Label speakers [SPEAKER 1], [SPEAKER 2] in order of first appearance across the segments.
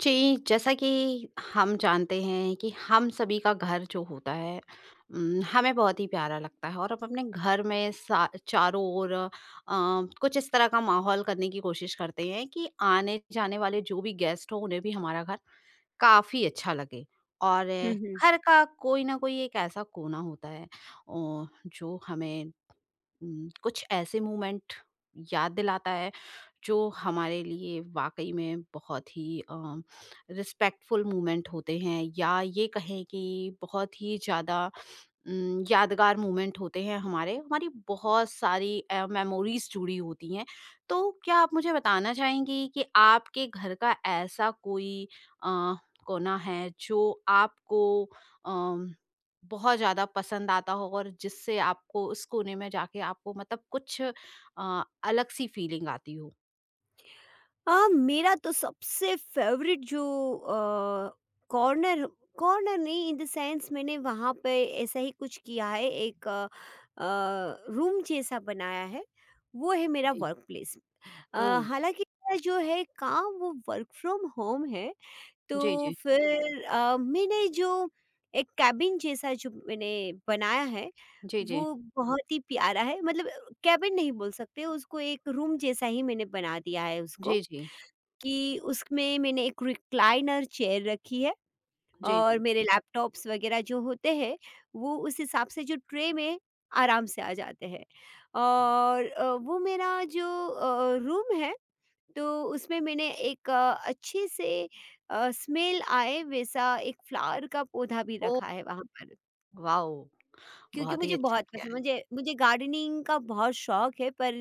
[SPEAKER 1] जी, जैसा कि हम जानते हैं कि हम सभी का घर जो होता है हमें बहुत ही प्यारा लगता है और हम अपने घर में सा चारों ओर कुछ इस तरह का माहौल करने की कोशिश करते हैं कि आने-जाने वाले जो भी गेस्ट हों, उन्हें भी हमारा घर काफ़ी अच्छा लगे। और
[SPEAKER 2] हुँ, हुँ।
[SPEAKER 1] घर का कोई न कोई एक ऐसा कोना होता है जो हमें कुछ ऐसे मोमेंट याद दिलाता है जो हमारे लिए वाकई में बहुत ही रिस्पेक्टफुल मोमेंट होते हैं या ये कहें कि बहुत ही ज़्यादा यादगार मोमेंट होते हैं हमारे हमारी बहुत सारी मेमोरीज जुड़ी होती हैं तो क्या आप मुझे बताना चाहेंगी कि आपके घर का ऐसा कोई अ, कोना है जो आपको अम, बहुत ज़्यादा पसंद आता हो और जिससे आपको उस कोने में जाके आपको मतलब कुछ अलग सी फीलिंग आती हो।
[SPEAKER 2] मेरा तो सबसे फ़ेवरेट जो अ, कॉर्नर कॉर्नर नहीं इन द सेंस मैंने वहाँ पे ऐसा ही कुछ किया है, एक रूम जैसा बनाया है। वो है मेरा वर्क प्लेस। अ,
[SPEAKER 1] ओह!
[SPEAKER 2] हालाँकि मेरा जो है काम वो वर्क फ्रॉम होम है, तो
[SPEAKER 1] जी, जी।
[SPEAKER 2] फिर मैंने जो एक केबिन जैसा जो मैंने बनाया है,
[SPEAKER 1] जी, जी।
[SPEAKER 2] वो बहुत ही प्यारा है। मतलब केबिन नहीं बोल सकते उसको, एक रूम जैसा ही मैंने बना दिया है उसको,
[SPEAKER 1] जी, जी।
[SPEAKER 2] कि उसमें मैंने एक रिक्लाइनर चेयर रखी है
[SPEAKER 1] जी,
[SPEAKER 2] और
[SPEAKER 1] जी।
[SPEAKER 2] मेरे लैपटॉप्स वगैरह जो होते हैं, वो उस हिसाब से जो ट्रे में आराम से आ जाते हैं। और वो मेरा जो रूम है, तो उसमें मैंने एक अच्छे से स्मेल आए वैसा एक फ्लावर का पौधा भी
[SPEAKER 1] ओह!
[SPEAKER 2] रखा है वहाँ पर।
[SPEAKER 1] वाओ!
[SPEAKER 2] क्योंकि
[SPEAKER 1] बहुत ही अच्छा किया है।
[SPEAKER 2] मुझे गार्डनिंग का बहुत शौक है। पर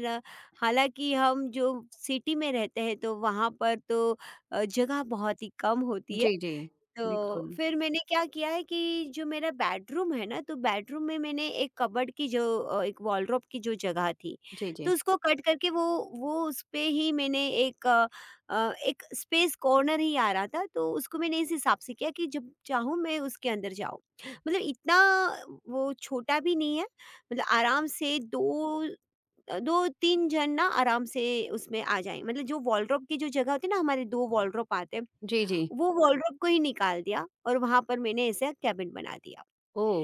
[SPEAKER 2] हालाँकि हम जो सिटी में रहते हैं, तो वहाँ पर तो जगह बहुत ही कम होती है।
[SPEAKER 1] जी, जी।
[SPEAKER 2] तो
[SPEAKER 1] बिल्कुल।
[SPEAKER 2] फिर मैंने क्या किया है कि जो मेरा बेडरूम है ना, तो बेडरूम में मैंने एक कबर्ड की जो एक वॉलरोब की जो जगह थी,
[SPEAKER 1] जी,
[SPEAKER 2] तो
[SPEAKER 1] जी।
[SPEAKER 2] उसको कट करके वो उस पे ही मैंने एक एक स्पेस कॉर्नर ही आ रहा था, तो उसको मैंने इस हिसाब से किया कि जब चाहूँ मैं उसके अंदर जाऊँ। मतलब इतना वो छोटा भी नहीं है, मतलब आराम से दो दो तीन जन ना आराम से उसमें आ जाए। मतलब जो वॉलरोब की जो जगह होती है ना, हमारे दो वॉलरोब आते हैं,
[SPEAKER 1] जी, जी।
[SPEAKER 2] वो वॉलरोब को ही निकाल दिया और वहाँ पर मैंने ऐसा केबिन बना दिया।
[SPEAKER 1] ओह!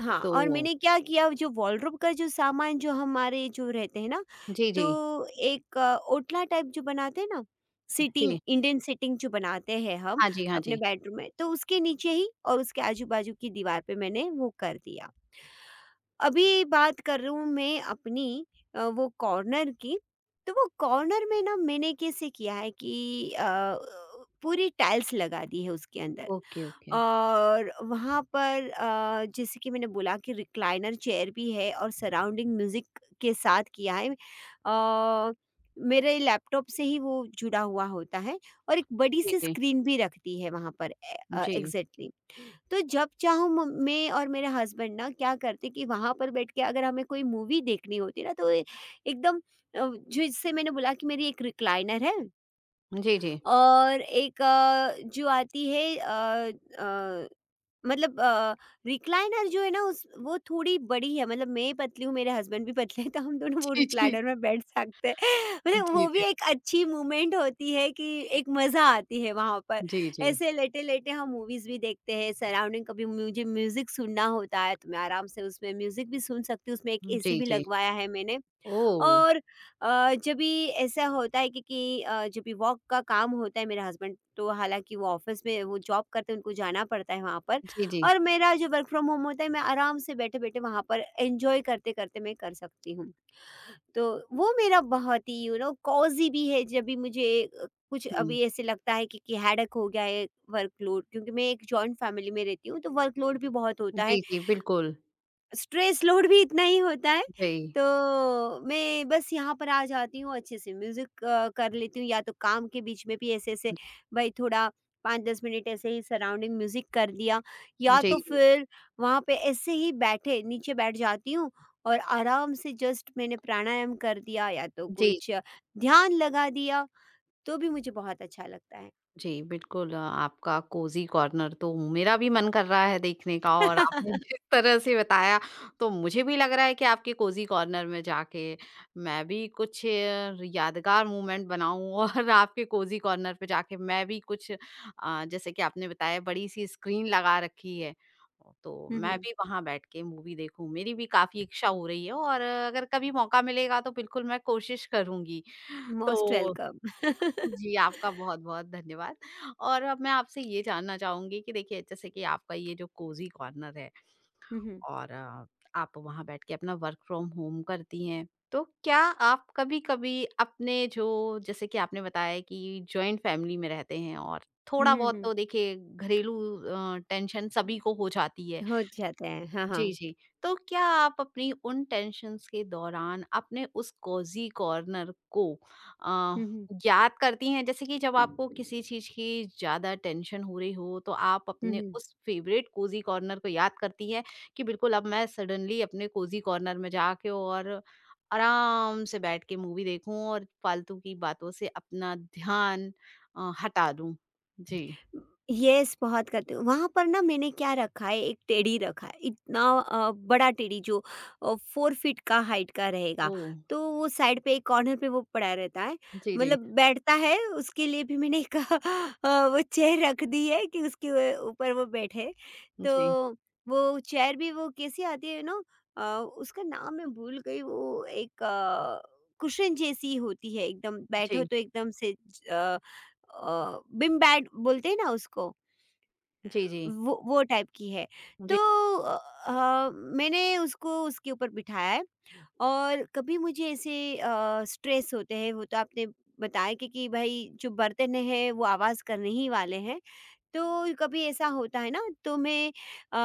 [SPEAKER 2] हाँ,
[SPEAKER 1] तो
[SPEAKER 2] और मैंने क्या किया, जो वॉलरोब का जो सामान जो हमारे जो रहते हैं ना,
[SPEAKER 1] जी, जी।
[SPEAKER 2] तो एक ओटला टाइप जो बनाते हैं ना, सीटिंग
[SPEAKER 1] जी।
[SPEAKER 2] इंडियन सीटिंग जो बनाते हैं हम
[SPEAKER 1] हाँ जी, हाँ
[SPEAKER 2] अपने
[SPEAKER 1] जी।
[SPEAKER 2] बेडरूम में, तो उसके नीचे ही और उसके आजू-बाजू की दीवार पे मैंने वो कर दिया। अभी बात कर रही हूँ मैं अपनी वो कॉर्नर की, तो वो कॉर्नर में ना मैंने कैसे किया है कि पूरी टाइल्स लगा दी है उसके अंदर।
[SPEAKER 1] Okay, okay.
[SPEAKER 2] और वहाँ पर जैसे कि मैंने बोला कि रिक्लाइनर चेयर भी है और सराउंडिंग म्यूज़िक के साथ किया है। अ, मेरे लैपटॉप से ही वो जुड़ा हुआ होता है और एक
[SPEAKER 1] जी,
[SPEAKER 2] बड़ी-सी
[SPEAKER 1] जी।
[SPEAKER 2] स्क्रीन भी रखती है वहाँ पर,
[SPEAKER 1] जी।
[SPEAKER 2] एग्ज़ैक्टली। तो जब चाहूँ म मैं और मेरे हस्बैंड ना क्या करते कि वहाँ पर बैठ के, अगर हमें कोई मूवी देखनी होती है ना, तो ए एकदम जिससे मैंने बोला कि मेरी एक रिक्लाइनर है
[SPEAKER 1] जी, जी।
[SPEAKER 2] और एक जो आती है अ मतलब रिक्लाइनर जो है ना उस वो थोड़ी बड़ी है। मतलब मैं पतली हूँ, मेरे हस्बैंड भी पतले हैं, तो हम दोनों वो
[SPEAKER 1] जी, जी।
[SPEAKER 2] रिक्लाइनर में बैठ सकते हैं। मतलब
[SPEAKER 1] जी,
[SPEAKER 2] वो भी
[SPEAKER 1] जी।
[SPEAKER 2] एक अच्छी मूवमेंट होती है कि एक मज़ा आती है वहाँ पर।
[SPEAKER 1] जी, जी।
[SPEAKER 2] ऐसे लेटे-लेटे हम मूवीज़ भी देखते हैं सराउंडिंग। कभी मुझे म्यूज़िक सुनना होता है तो मैं आराम से उसमें म्यूज़िक भी सुन सकती हूँ। उसमें एक
[SPEAKER 1] जी,
[SPEAKER 2] एसी भी
[SPEAKER 1] जी।
[SPEAKER 2] लगवाया है मैंने।
[SPEAKER 1] ओह!
[SPEAKER 2] और जब भी ऐसा होता है कि जब भी वॉक का काम होता है मेरे हस्बैंड, तो हालांकि वो ऑफिस में वो जॉब करते हैं, उनको जाना पड़ता है वहाँ पर।
[SPEAKER 1] जी, जी।
[SPEAKER 2] और मेरा जो वर्क फ्रॉम होम होता है, मैं आराम से बैठे बैठे वहाँ पर एंजॉय करते करते मैं कर सकती हूँ। तो वो मेरा बहुत ही यू नो कॉजी भी है। जब भी मुझे कुछ
[SPEAKER 1] हुँ।
[SPEAKER 2] अभी ऐसे लगता है कि हैडक हो गया है वर्कलोड, क्योंकि मैं एक जॉइंट फैमिली में रहती हूँ तो वर्कलोड भी बहुत होता है,
[SPEAKER 1] जी, जी, बिल्कुल।
[SPEAKER 2] स्ट्रेस लोड भी इतना ही होता है,
[SPEAKER 1] जी।
[SPEAKER 2] तो मैं बस यहाँ पर आ जाती हूँ। अच्छे से म्यूज़िक कर लेती हूँ, या तो काम के बीच में भी ऐसे-ऐसे भाई थोड़ा 5-10 मिनट ऐसे ही सराउंडिंग म्यूज़िक कर दिया, या
[SPEAKER 1] जी,
[SPEAKER 2] तो
[SPEAKER 1] जी।
[SPEAKER 2] फिर वहाँ पे ऐसे ही बैठे नीचे बैठ जाती हूँ और आराम से जस्ट मैंने प्राणायाम कर दिया या तो
[SPEAKER 1] जी।
[SPEAKER 2] कुछ ध्यान लगा दिया, तो भी मुझे बहुत अच्छा लगता है।
[SPEAKER 1] जी, बिल्कुल। आपका कोज़ी कॉर्नर तो मेरा भी मन कर रहा है देखने का और आपने जिस तरह से बताया, तो मुझे भी लग रहा है कि आपके कोज़ी कॉर्नर में जाके मैं भी कुछ यादगार मोमेंट बनाऊँ और आपके कोज़ी कॉर्नर पे जाके मैं भी कुछ जैसे कि आपने बताया बड़ी-सी स्क्रीन लगा रखी है, तो
[SPEAKER 2] हुँ,
[SPEAKER 1] मैं
[SPEAKER 2] हुँ।
[SPEAKER 1] भी वहाँ बैठ के मूवी देखूँ। मेरी भी काफ़ी इच्छा हो रही है और अगर कभी मौका मिलेगा तो बिल्कुल मैं कोशिश करूँगी।
[SPEAKER 2] मोस्ट
[SPEAKER 1] तो
[SPEAKER 2] वेलकम।
[SPEAKER 1] जी, आपका बहुत-बहुत धन्यवाद। और अब मैं आपसे ये जानना चाहूँगी कि देखिए जैसे कि आपका ये जो कोज़ी कॉर्नर है
[SPEAKER 2] हुँ, हुँ।
[SPEAKER 1] और आप वहाँ बैठ के अपना वर्क फ्रॉम होम करती हैं। तो क्या आप कभी-कभी अपने जो जैसे कि आपने बताया कि जॉइंट फैमिली में रहते हैं और
[SPEAKER 2] हुँ, हुँ,
[SPEAKER 1] थोड़ा-बहुत
[SPEAKER 2] हुँ।
[SPEAKER 1] तो देखिए घरेलू टेंशन सभी को हो जाती है।
[SPEAKER 2] हो जाता है। हाँ,
[SPEAKER 1] जी,
[SPEAKER 2] हाँ।
[SPEAKER 1] जी। तो क्या आप अपनी उन टेंशन्स के दौरान अपने उस कोज़ी कॉर्नर को
[SPEAKER 2] हुँ,
[SPEAKER 1] अ,
[SPEAKER 2] हुँ।
[SPEAKER 1] याद करती हैं? जैसे कि जब आपको किसी चीज़ की ज़्यादा टेंशन हो रही हो, तो आप
[SPEAKER 2] हुँ,
[SPEAKER 1] अपने
[SPEAKER 2] हुँ।
[SPEAKER 1] उस फ़ेवरेट कोज़ी कॉर्नर को याद करती हैं कि बिल्कुल अब मैं सडनली अपने कोज़ी कॉर्नर में जाके और आराम से बैठ के मूवी देखूँ और फ़ालतू की बातों से अपना ध्यान हटा दूँ? जी।
[SPEAKER 2] येस, बहुत करती हूँ। वहाँ पर ना मैंने क्या रखा है, एक टेडी रखा है। इतना बड़ा टेडी जो 4 फीट का हाइट का रहेगा।
[SPEAKER 1] ओह!
[SPEAKER 2] तो वो साइड पे एक कॉर्नर पे वो पड़ा रहता है।
[SPEAKER 1] जी, जी।
[SPEAKER 2] मतलब बैठता है, उसके लिए भी मैंने एक वो चेयर रख दी है कि उसके उ ऊपर वो बैठे। तो
[SPEAKER 1] जी।
[SPEAKER 2] वो चेयर भी वो कैसी आती है ना, अ, उसका नाम मैं भूल गई। वो एक कुशन जैसी होती है एकदम, बैठो
[SPEAKER 1] जी।
[SPEAKER 2] तो एकदम से बिम बैट बोलते हैं ना उसको,
[SPEAKER 1] जी, जी।
[SPEAKER 2] वो टाइप की है। तो
[SPEAKER 1] जी,
[SPEAKER 2] अ, मैंने उसको उसके ऊपर बिठाया है। और कभी मुझे ऐसे स्ट्रेस होते हैं, वो तो आपने बताया कि भाई जो बर्तन हैं वो आवाज़ करने ही वाले हैं, तो कभी ऐसा होता है ना, तो मैं अ,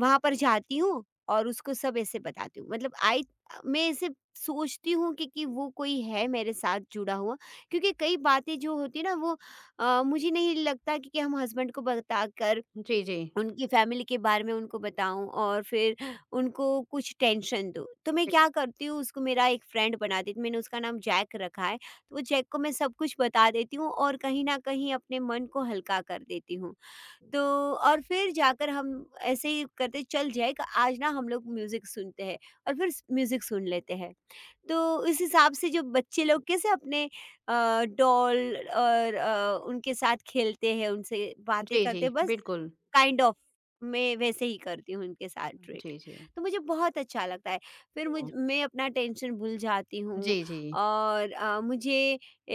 [SPEAKER 2] वहाँ पर जाती हूँ और उसको सब ऐसे बताती हूँ। मतलब आई मैं ऐसे सोचती हूँ कि वो कोई है मेरे साथ जुड़ा हुआ, क्योंकि कई बातें जो होती है ना वो मुझे नहीं लगता कि हम हस्बैंड को बता कर
[SPEAKER 1] जी, जी।
[SPEAKER 2] उनकी फैमिली के बारे में उनको बताऊं और फिर उनको कुछ टेंशन दूं। तो मैं
[SPEAKER 1] जी,
[SPEAKER 2] क्या करती हूँ, उसको मेरा एक फ्रेंड बना देती हूँ। मैंने उसका नाम जैक रखा है, तो वो जैक को मैं सब कुछ बता देती हूँ और कहीं ना कहीं अपने मन को हल्का कर देती हूँ। तो और फिर जाकर हम ऐसे ही करते चल जाए कि आज ना हम लोग म्यूज़िक सुनते हैं और फिर स म्यूज़िक सुन लेते हैं। तो उस हिसाब से जो बच्चे लोग कैसे अपने डॉल और उनके साथ खेलते हैं, उनसे बातें
[SPEAKER 1] जी, जी,
[SPEAKER 2] करते हैं, बस
[SPEAKER 1] बिल्कुल।
[SPEAKER 2] काइंड ऑफ मैं वैसे ही करती हूँ उनके साथ ट्रीट।
[SPEAKER 1] जी, जी।
[SPEAKER 2] तो मुझे बहुत अच्छा लगता है। फिर मुझ
[SPEAKER 1] तो
[SPEAKER 2] मैं अपना टेंशन भूल जाती हूँ
[SPEAKER 1] जी, जी,
[SPEAKER 2] और मुझे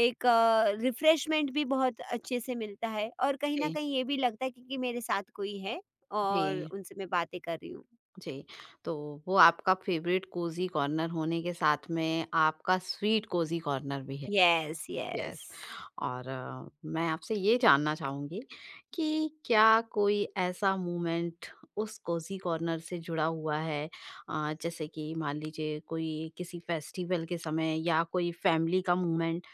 [SPEAKER 2] एक रिफ़्रेशमेंट भी बहुत अच्छे से मिलता है और कहीं न
[SPEAKER 1] जी,
[SPEAKER 2] कहीं ये भी लगता है कि मेरे साथ कोई है और
[SPEAKER 1] जी,
[SPEAKER 2] उनसे मैं बातें कर रही हूँ।
[SPEAKER 1] जी। तो वो आपका फ़ेवरेट कोज़ी कॉर्नर होने के साथ में आपका स्वीट कोज़ी कॉर्नर भी है।
[SPEAKER 2] Yes, yes.
[SPEAKER 1] यस। और मैं आपसे ये जानना चाहूँगी कि क्या कोई ऐसा मोमेंट उस कोज़ी कॉर्नर से जुड़ा हुआ है जैसे कि मान लीजिए कोई किसी फेस्टिवल के समय या कोई फैमिली का मोमेंट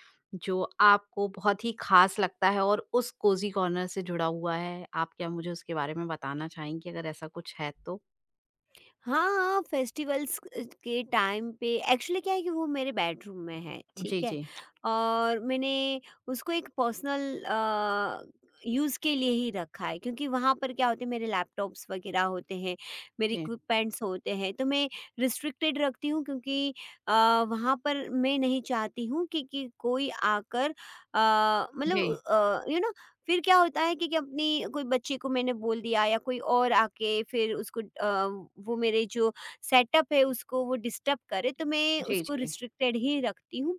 [SPEAKER 1] जो आपको बहुत ही ख़ास लगता है और उस कोज़ी कॉर्नर से जुड़ा हुआ है? आप क्या मुझे उसके बारे में बताना चाहेंगी अगर ऐसा कुछ है तो?
[SPEAKER 2] हाँ, हाँ, फेस्टिवल्स के टाइम पे एक्चुअली क्या है कि वो मेरे बेडरूम में है, ठीक
[SPEAKER 1] जी,
[SPEAKER 2] है?
[SPEAKER 1] जी।
[SPEAKER 2] और मैंने उसको एक पर्सनल यूज़ के लिए ही रखा है, क्योंकि वहाँ पर क्या होते हैं मेरे लैपटॉप्स वग़ैरह होते हैं, मेरे
[SPEAKER 1] जी।
[SPEAKER 2] इक्विपमेंट्स होते हैं, तो मैं रिस्ट्रिक्टेड रखती हूँ। क्योंकि अ, वहाँ पर मैं नहीं चाहती हूँ कि कोई आकर मतलब
[SPEAKER 1] जी।
[SPEAKER 2] यू नो फिर क्या होता है कि अपनी कोई बच्ची को मैंने बोल दिया या कोई और आके फिर उसको वो मेरे जो सेटअप है उसको वो डिस्टर्ब करे, तो मैं
[SPEAKER 1] जी,
[SPEAKER 2] उसको
[SPEAKER 1] जी।
[SPEAKER 2] रिस्ट्रिक्टेड ही रखती हूँ।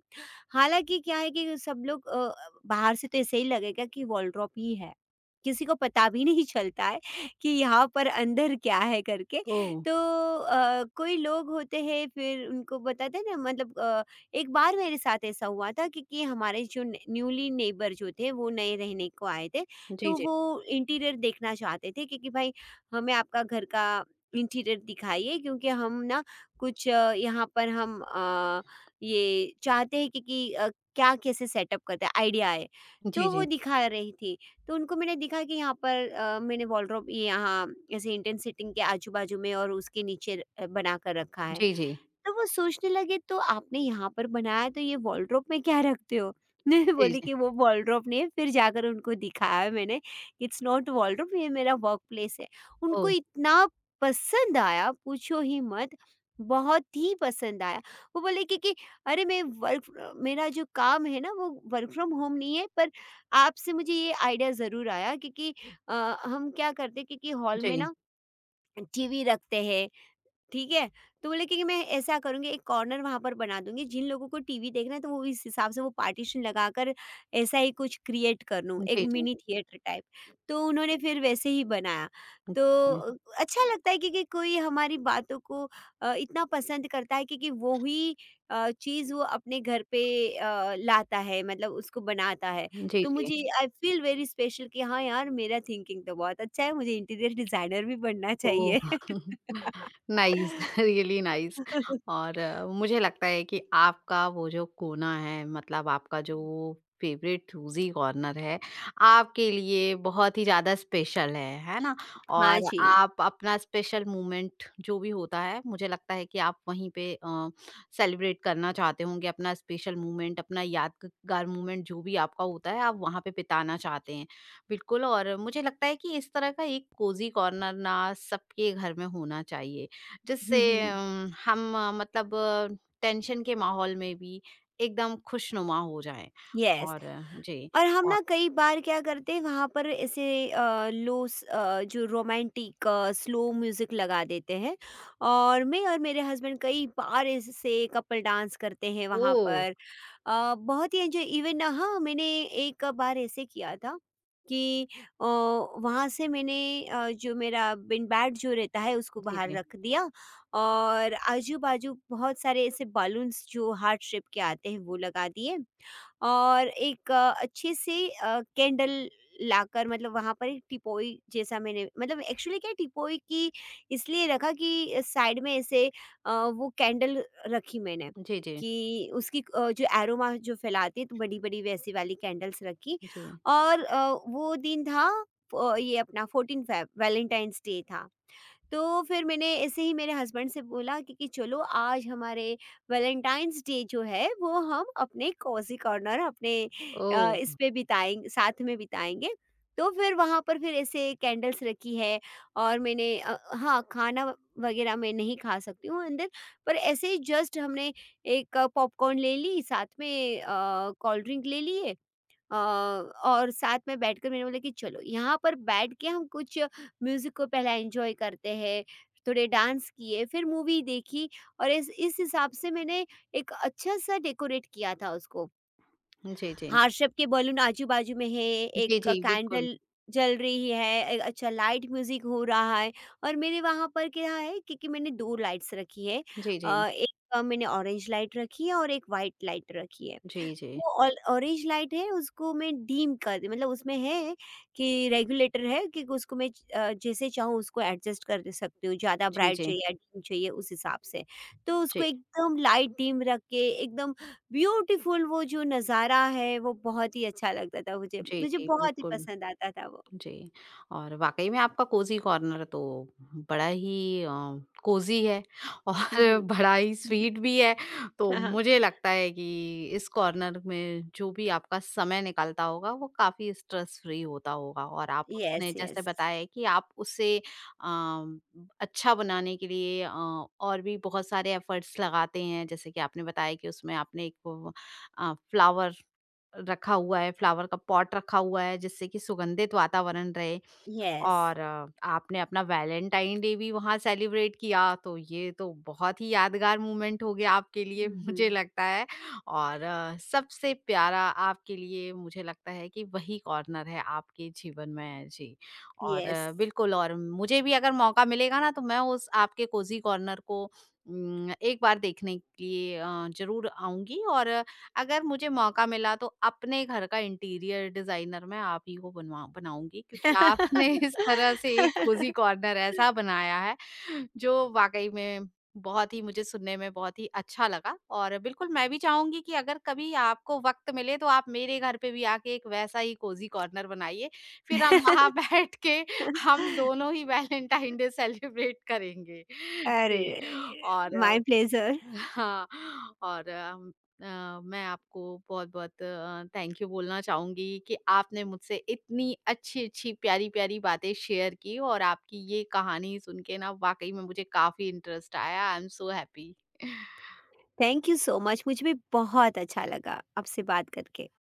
[SPEAKER 2] हालाँकि क्या है कि सब लोग बाहर से तो ऐसे ही लगेगा कि वॉलड्रॉप ही है। किसी को पता भी नहीं चलता है कि यहाँ पर अंदर क्या है करके।
[SPEAKER 1] ओह!
[SPEAKER 2] तो कोई लोग होते हैं फिर उनको बताते हैं ना, मतलब एक बार मेरे साथ ऐसा हुआ था, क्योंकि हमारे जो न्यूली नेबर जो थे वो नए रहने को आए थे,
[SPEAKER 1] जी,
[SPEAKER 2] तो
[SPEAKER 1] जी।
[SPEAKER 2] वो इंटीरियर देखना चाहते थे, क्योंकि भाई हमें आपका घर का इंटीरियर दिखाइए क्योंकि हम ना कुछ यहाँ पर हम ये चाहते हैं क्योंकि क्या कैसे सेटअप करते हैं आइडिया है।
[SPEAKER 1] जी,
[SPEAKER 2] तो वो
[SPEAKER 1] जी।
[SPEAKER 2] दिखा रही थी, तो उनको मैंने दिखा कि यहाँ पर मैंने वॉलड्रॉप यहाँ ऐसे इंटेंट सिटिंग के आजू बाजू में और उसके नीचे बना कर रखा है।
[SPEAKER 1] जी, जी।
[SPEAKER 2] तो वो सोचने लगे, तो आपने यहाँ पर बनाया तो ये वॉलड्रॉप में क्या रखते हो? मैं
[SPEAKER 1] जी,
[SPEAKER 2] बोली
[SPEAKER 1] जी।
[SPEAKER 2] कि वो वॉलड्रॉप नहीं है, फिर जाकर उनको दिखाया मैंने कि इट्स नॉट वॉलड्रॉप, ये मेरा वर्क प्लेस है। उनको
[SPEAKER 1] ओह!
[SPEAKER 2] इतना पसंद आया पूछो ही मत, बहुत ही पसंद आया। वो बोले कि अरे मैं वर्क फ्र मेरा जो काम है ना वो वर्क फ्रॉम होम नहीं है, पर आपसे मुझे ये आइडिया ज़रूर आया क्योंकि अ, हम क्या करते हैं, क्योंकि हॉल में
[SPEAKER 1] जी।
[SPEAKER 2] ना टीवी रखते हैं, ठीक है? तो बोले कि मैं ऐसा करूँगी, एक कॉर्नर वहाँ पर बना दूँगी, जिन लोगों को टीवी देखना है तो वो इस हिसाब से वो पार्टीशन लगाकर ऐसा ही कुछ क्रिएट कर लूँ, एक
[SPEAKER 1] जी, जी।
[SPEAKER 2] Mini theatre type. तो उन्होंने फिर वैसे ही बनाया। तो
[SPEAKER 1] जी,
[SPEAKER 2] अ, अच्छा लगता है क्योंकि कोई हमारी बातों को इतना पसंद करता है, क्योंकि वो ही चीज़ वो अपने घर पे लाता है, मतलब उसको बनाता है।
[SPEAKER 1] जी।
[SPEAKER 2] तो
[SPEAKER 1] जी।
[SPEAKER 2] मुझे आई फील वेरी स्पेशल कि हाँ यार मेरा थिंकिंग तो बहुत अच्छा है, मुझे इंटीरियर डिज़ाइनर भी बनना
[SPEAKER 1] ओह!
[SPEAKER 2] चाहिए।
[SPEAKER 1] Nice really nice. और मुझे लगता है कि आपका वो जो कोना है मतलब आपका जो फेवरेट चूजी कॉर्नर है आपके लिए बहुत ही ज़्यादा स्पेशल है ना। और
[SPEAKER 2] Haji,
[SPEAKER 1] आप अपना स्पेशल मोमेंट जो भी होता है मुझे लगता है कि आप वहीं पे सेलिब्रेट करना चाहते होंगे, अपना स्पेशल मोमेंट अपना यादगार मोमेंट जो भी आपका होता है आप वहाँ पे बिताना चाहते हैं। बिल्कुल, और मुझे लगता है कि इस तरह का एक कोजी कॉर्नर ना सबके घर में होना चाहिए जिससे हम मतलब टेंशन के माहौल में भी एकदम खुशनुमा हो जाएँ।
[SPEAKER 2] yes.
[SPEAKER 1] और जी।
[SPEAKER 2] और हम
[SPEAKER 1] और
[SPEAKER 2] ना कई बार क्या करते हैं वहाँ पर ऐसे जो रोमांटिक स्लो म्यूज़िक लगा देते हैं और मैं और मेरे हस्बैंड कई बार ऐसे कपल डांस करते हैं वहाँ
[SPEAKER 1] ओह!
[SPEAKER 2] पर। बहुत ही एंजॉय इवन। हाँ, मैंने एक बार ऐसे किया था कि वहाँ से मैंने जो मेरा बिन बैट जो रहता है उसको
[SPEAKER 1] जी,
[SPEAKER 2] बाहर
[SPEAKER 1] जी।
[SPEAKER 2] रख दिया और आजू बाजू बहुत सारे ऐसे बलून्स जो हार्ट शेप के आते हैं वो लगा दिए और एक अच्छे से कैंडल लाकर, मतलब वहाँ पर एक टिपोई जैसा मैंने, मतलब एक्चुअली क्या है, टिपोई की इसलिए रखा कि साइड में ऐसे वो कैंडल रखी मैंने
[SPEAKER 1] जी, जी।
[SPEAKER 2] कि उसकी जो एरोमा जो फैलाती है, तो बड़ी बड़ी वैसी वाली कैंडल्स रखी।
[SPEAKER 1] जी।
[SPEAKER 2] और वो दिन था ये अपना 14 फ़रवरी वैलेंटाइंस डे था। तो फिर मैंने ऐसे ही मेरे हस्बैंड से बोला कि चलो आज हमारे वैलेंटाइंस डे जो है वो हम अपने कॉजी कॉर्नर अपने
[SPEAKER 1] ओह!
[SPEAKER 2] इस पे बिताएंगे, साथ में बिताएंगे। तो फिर वहाँ पर फिर ऐसे कैंडल्स रखी है और मैंने हाँ खाना वगैरह मैं नहीं खा सकती हूँ अंदर, पर ऐसे ही जस्ट हमने एक पॉपकॉर्न ले ली साथ में, कोल्ड ड्रिंक ले लिए और साथ में बैठकर मैंने बोला कि चलो यहाँ पर बैठ के हम कुछ म्यूज़िक को पहले एंजॉय करते हैं, थोड़े डांस किए, फिर मूवी देखी। और इस हिसाब से मैंने एक अच्छा-सा डेकोरेट किया था उसको।
[SPEAKER 1] जी, जी।
[SPEAKER 2] हाँ, सब के बलून आजू-बाजू में है,
[SPEAKER 1] जी,
[SPEAKER 2] एक
[SPEAKER 1] जी, बिल्कुल।
[SPEAKER 2] कैंडल जल रही है, एक अच्छा लाइट म्यूज़िक हो रहा है और मेरे वहाँ पर क्या है, क्योंकि मैंने 2 लाइट्स रखी है।
[SPEAKER 1] जी, जी।
[SPEAKER 2] एक मैंने ऑरेंज लाइट रखी है और एक वाइट लाइट रखी है।
[SPEAKER 1] जी, जी।
[SPEAKER 2] वो ऑल ऑरेंज लाइट है, उसको मैं डिम कर दी। मतलब उसमें है कि रेगुलेटर है कि उसको मैं जैसे चाहूँ उसको एडजस्ट कर सकती हूँ, ज़्यादा
[SPEAKER 1] जी,
[SPEAKER 2] ब्राइट
[SPEAKER 1] जी।
[SPEAKER 2] चाहिए या डिम चाहिए उस हिसाब से। तो उसको
[SPEAKER 1] जी,
[SPEAKER 2] एकदम लाइट डिम रख के एकदम ब्यूटीफुल, वो जो नज़ारा है वो बहुत ही अच्छा लगता था मुझे।
[SPEAKER 1] जी,
[SPEAKER 2] मुझे
[SPEAKER 1] जी,
[SPEAKER 2] बहुत ही
[SPEAKER 1] बिल्कुल।
[SPEAKER 2] पसंद आता था वो।
[SPEAKER 1] जी, और वाक़ई में आपका कोज़ी कॉर्नर तो बड़ा ही कोज़ी है और
[SPEAKER 2] हुँ, हुँ।
[SPEAKER 1] बड़ा ही स्वीट भी है। तो
[SPEAKER 2] हाँ, हाँ।
[SPEAKER 1] मुझे लगता है कि इस कॉर्नर में जो भी आपका समय निकलता होगा, वो काफ़ी स्ट्रेस फ्री होता होगा और आप उसने
[SPEAKER 2] येस,
[SPEAKER 1] जैसे
[SPEAKER 2] येस।
[SPEAKER 1] बताया है कि आप उसे अम, अच्छा बनाने के लिए और भी बहुत सारे एफ़र्ट्स लगाते हैं। जैसे कि आपने बताया कि उसमें आपने एक वो फ्लावर रखा हुआ है, फ्लावर का पॉट रखा हुआ है जिससे कि सुगंधित वातावरण रहे।
[SPEAKER 2] येस।
[SPEAKER 1] और आपने अपना वैलेंटाइन डे भी वहाँ सेलिब्रेट किया, तो ये तो बहुत ही यादगार मोमेंट हो गया आपके लिए
[SPEAKER 2] हुँ,
[SPEAKER 1] मुझे
[SPEAKER 2] हुँ।
[SPEAKER 1] लगता है। और सबसे प्यारा आपके लिए मुझे लगता है कि वही कॉर्नर है आपके जीवन में। जी, और
[SPEAKER 2] येस।
[SPEAKER 1] बिल्कुल, और मुझे भी अगर मौका मिलेगा ना तो मैं उस आपके कोज़ी कॉर्नर को एक बार देखने के लिए ज़रूर आऊँगी, और अगर मुझे मौका मिला तो अपने घर का इंटीरियर डिजाइनर मैं आप ही को बनवा बनाऊँगी क्योंकि आपने इस तरह से एक कोज़ी कॉर्नर ऐसा बनाया है जो वाक़ई में बहुत ही मुझे सुनने में बहुत ही अच्छा लगा और बिल्कुल मैं भी चाहूँगी कि अगर कभी आपको वक़्त मिले तो आप मेरे घर पे भी आके एक वैसा ही कोज़ी कॉर्नर बनाइए। फिर हम वहाँ बैठ के हम दोनों ही वैलेंटाइन डे सेलिब्रेट करेंगे।
[SPEAKER 2] अरे!
[SPEAKER 1] जी और
[SPEAKER 2] माय प्लेज़र।
[SPEAKER 1] हाँ, और मैं आपको बहुत-बहुत थैंक यू बोलना चाहूँगी कि आपने मुझसे इतनी अच्छी-अच्छी, प्यारी-प्यारी बातें शेयर की और आपकी ये कहानी सुन के ना वाक़ई में मुझे काफ़ी इंटरेस्ट आया। I am so happy.
[SPEAKER 2] Thank you so much, मुझे भी बहुत अच्छा लगा आपसे बात करके।